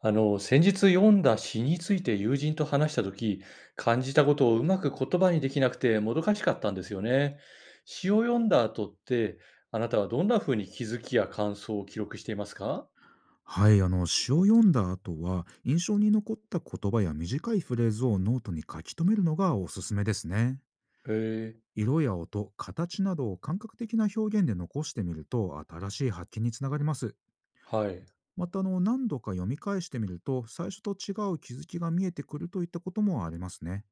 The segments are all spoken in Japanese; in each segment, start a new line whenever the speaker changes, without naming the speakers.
先日読んだ詩について友人と話したとき、感じたことをうまく言葉にできなくてもどかしかったんですよね。詩を読んだ後って、あなたはどんなふうに気づきや感想を記録していますか？
はい、詩を読んだ後は印象に残った言葉や短いフレーズをノートに書き留めるのがおすすめですね。
えー
色や音、形などを感覚的な表現で残してみると新しい発見につながります。
はい。
また何度か読み返してみると最初と違う気づきが見えてくるといったこともありますね。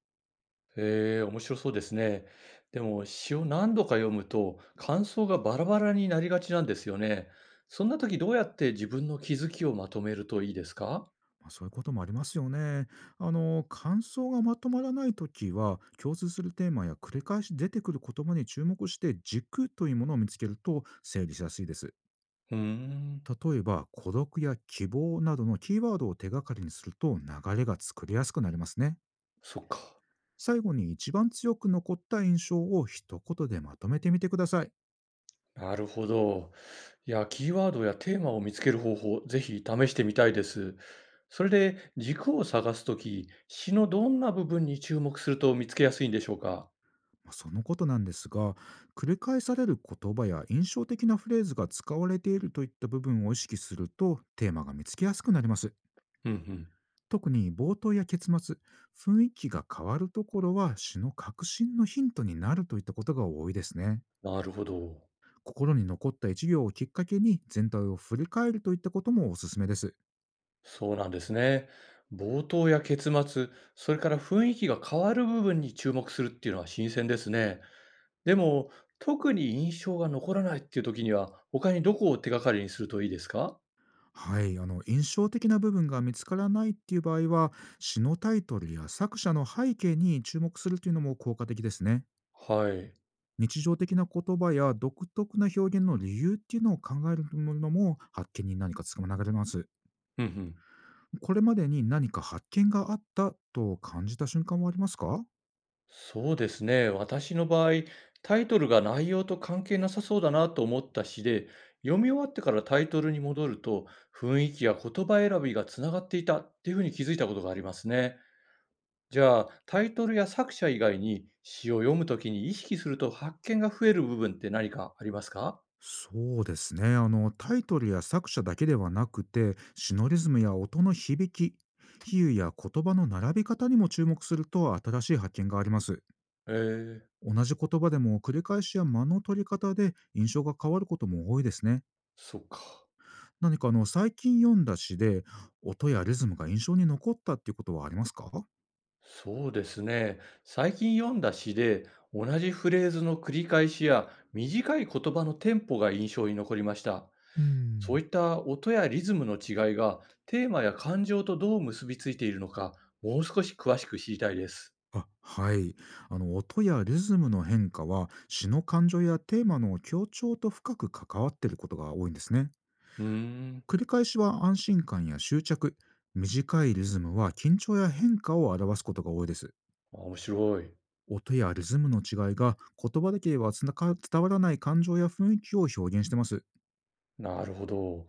面白そうですね。でも、詩を何度か読むと、感想がバラバラになりがちなんですよね。そんなときどうやって自分の気づきをまとめるといいですか？
まあ、そういうこともありますよね。感想がまとまらないときは、共通するテーマや繰り返し出てくる言葉に注目して、軸というものを見つけると整理しやすいです。
うーん、
例えば、孤独や希望などのキーワードを手がかりにすると流れが作りやすくなりますね。
そっか。
最後に一番強く残った印象を一言でまとめてみてください。
なるほど。いや、キーワードやテーマを見つける方法、ぜひ試してみたいです。それで、軸を探すとき、詩のどんな部分に注目すると見つけやすいんでしょうか？
ま、そのことなんですが、繰り返される言葉や印象的なフレーズが使われているといった部分を意識すると、テーマが見つけやすくなります。
うんうん。
特に冒頭や結末、雰囲気が変わるところは詩の革新のヒントになるといったことが多いですね。
なるほど。
心に残った一行をきっかけに全体を振り返るといったこともおすすめです。
そうなんですね。冒頭や結末、それから雰囲気が変わる部分に注目するっていうのは新鮮ですね。でも、特に印象が残らないっていう時には、他にどこを手がかりにするといいですか？
はい、印象的な部分が見つからないっていう場合は、詩のタイトルや作者の背景に注目するというのも効果的ですね。
はい。
日常的な言葉や独特な表現の理由っていうのを考えるのも発見に何かつかまながれます。
うんうん。
これまでに何か発見があったと感じた瞬間はありますか？
そうですね。私の場合、タイトルが内容と関係なさそうだなと思った詩で、読み終わってからタイトルに戻ると、雰囲気や言葉選びがつながっていたっていうふうに気づいたことがありますね。じゃあ、タイトルや作者以外に詩を読むときに意識すると発見が増える部分って何かありますか？
そうですね。タイトルや作者だけではなくて、シノリズムや音の響き、比喩や言葉の並び方にも注目すると新しい発見があります。
えー、
同じ言葉でも繰り返しや間の取り方で印象が変わることも多いですね。
そっか。
何か最近読んだ詩で、音やリズムが印象に残ったっていうことはありますか？
そうですね。最近読んだ詩で、同じフレーズの繰り返しや短い言葉のテンポが印象に残りました。
う
そう
ん。
いった音やリズムの違いがテーマや感情とどう結びついているのか、もう少し詳しく知りたいです。
あ、はい。音やリズムの変化は詩の感情やテーマの強調と深く関わっていることが多いんですね。
うーん、
繰り返しは安心感や執着、短いリズムは緊張や変化を表すことが多いです。
面白い。
音やリズムの違いが言葉だけではつなか伝わらない感情や雰囲気を表現してます。
なるほど。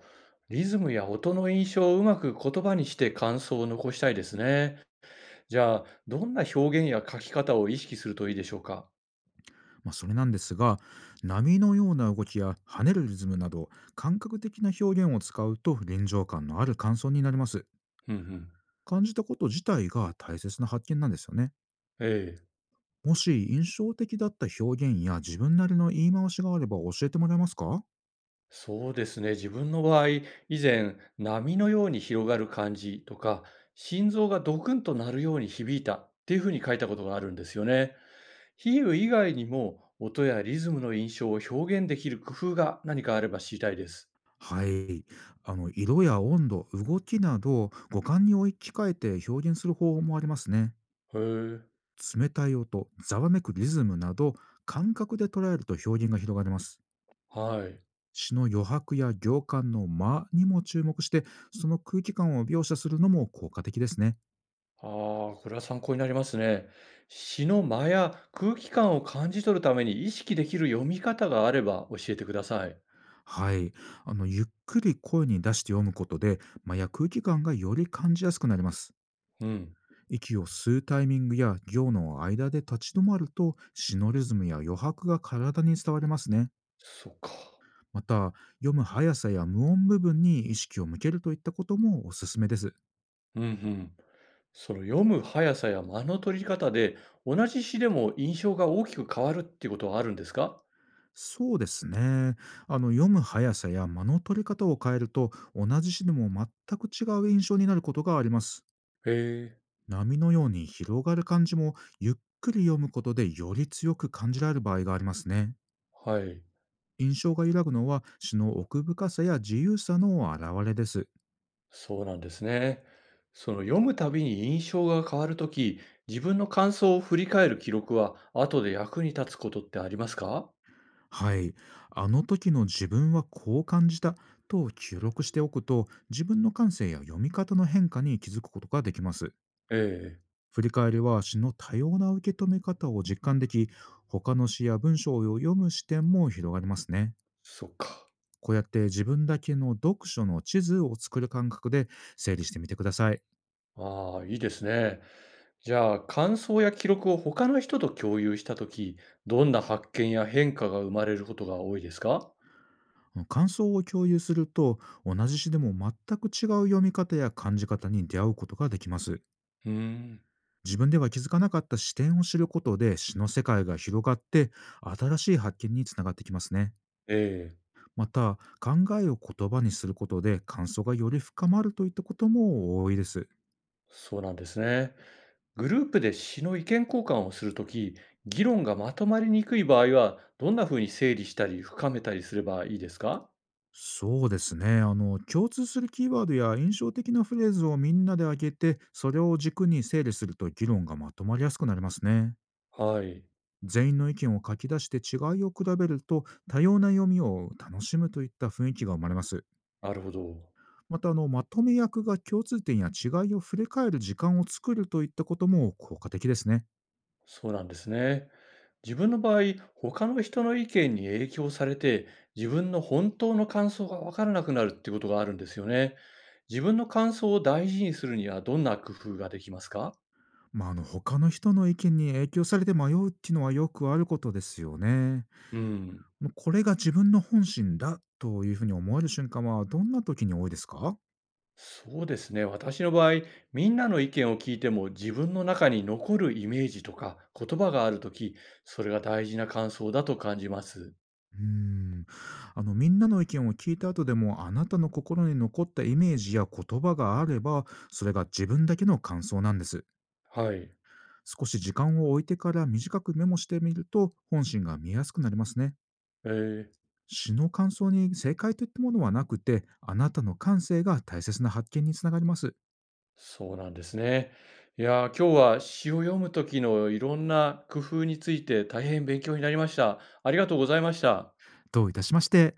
リズムや音の印象をうまく言葉にして感想を残したいですね。じゃあ、どんな表現や書き方を意識するといいでしょうか？
まあ、それなんですが、波のような動きや跳ねるリズムなど感覚的な表現を使うと臨場感のある感想になります。
うんうん。
感じたこと自体が大切な発見なんですよね。
ええ、
もし印象的だった表現や自分なりの言い回しがあれば教えてもらえますか？
そうですね。自分の場合、以前、波のように広がる感じとか、心臓がドクンと鳴るように響いたっていうふうに書いたことがあるんですよね。比喩以外にも音やリズムの印象を表現できる工夫が何かあれば知りたいです。
はい。色や温度、動きなど、五感に置き換えて表現する方法もありますね。
へえ、
冷たい音、ざわめくリズムなど、感覚で捉えると表現が広がります。
はい。
詩の余白や行間の間にも注目して、その空気感を描写するのも効果的ですね。
ああ、これは参考になりますね。詩の間や空気感を感じ取るために意識できる読み方があれば教えてください。
はい。ゆっくり声に出して読むことで、間や空気感がより感じやすくなります。
うん、
息を吸うタイミングや行の間で立ち止まると、シノリズムや余白が体に伝わりますね。
そっか。
また、読む速さや無音部分に意識を向けるといったこともおすすめです。
うんうん。その読む速さや間の取り方で同じ詩でも印象が大きく変わるっていうことはあるんですか？
そうですね。読む速さや間の取り方を変えると、同じ詩でも全く違う印象になることがあります。
へえ、
波のように広がる感じも、ゆっくり読むことでより強く感じられる場合がありますね。
はい。
印象が揺らぐのは詩の奥深さや自由さの表れです。
そうなんですね。その読むたびに印象が変わるとき、自分の感想を振り返る記録は後で役に立つことってありますか？
はい。あの時の自分はこう感じたと記録しておくと、自分の感性や読み方の変化に気づくことができます。
ええ、
振り返りは詩の多様な受け止め方を実感でき、他の詩や文章を読む視点も広がりますね。
そっか。
こうやって自分だけの読書の地図を作る感覚で整理してみてください。
ああ、いいですね。じゃあ、感想や記録を他の人と共有したとき、どんな発見や変化が生まれることが多いですか？
感想を共有すると、同じ詩でも全く違う読み方や感じ方に出会うことができます。
うーん。
自分では気づかなかった視点を知ることで詩の世界が広がって、新しい発見につながってきますね。
ええ。
また、考えを言葉にすることで感想がより深まるといったことも多いです。
そうなんですね。グループで詩の意見交換をするとき、議論がまとまりにくい場合は、どんなふうに整理したり深めたりすればいいですか？
そうですね。共通するキーワードや印象的なフレーズをみんなで挙げて、それを軸に整理すると議論がまとまりやすくなりますね。
はい。
全員の意見を書き出して違いを比べると、多様な読みを楽しむといった雰囲気が生まれます。
なるほど。
また、まとめ役が共通点や違いを振り返る時間を作るといったことも効果的ですね。
そうなんですね。自分の場合、他の人の意見に影響されて、自分の本当の感想がわからなくなるってことがあるんですよね。自分の感想を大事にするにはどんな工夫ができますか？
まあ、他の人の意見に影響されて迷うっていうのはよくあることですよね。
うん。
もうこれが自分の本心だというふうに思える瞬間はどんな時に多いですか？
そうですね。私の場合、みんなの意見を聞いても自分の中に残るイメージとか言葉があるとき、それが大事な感想だと感じます。
うーん。みんなの意見を聞いた後でも、あなたの心に残ったイメージや言葉があれば、それが自分だけの感想なんです。
はい。
少し時間を置いてから短くメモしてみると本心が見えやすくなりますね。
えー、
詩の感想に正解といったものはなくて、あなたの感性が大切な発見につながります。
そうなんですね。いやー、今日は詩を読むときのいろんな工夫について大変勉強になりました。ありがとうございました。
どういたしまして。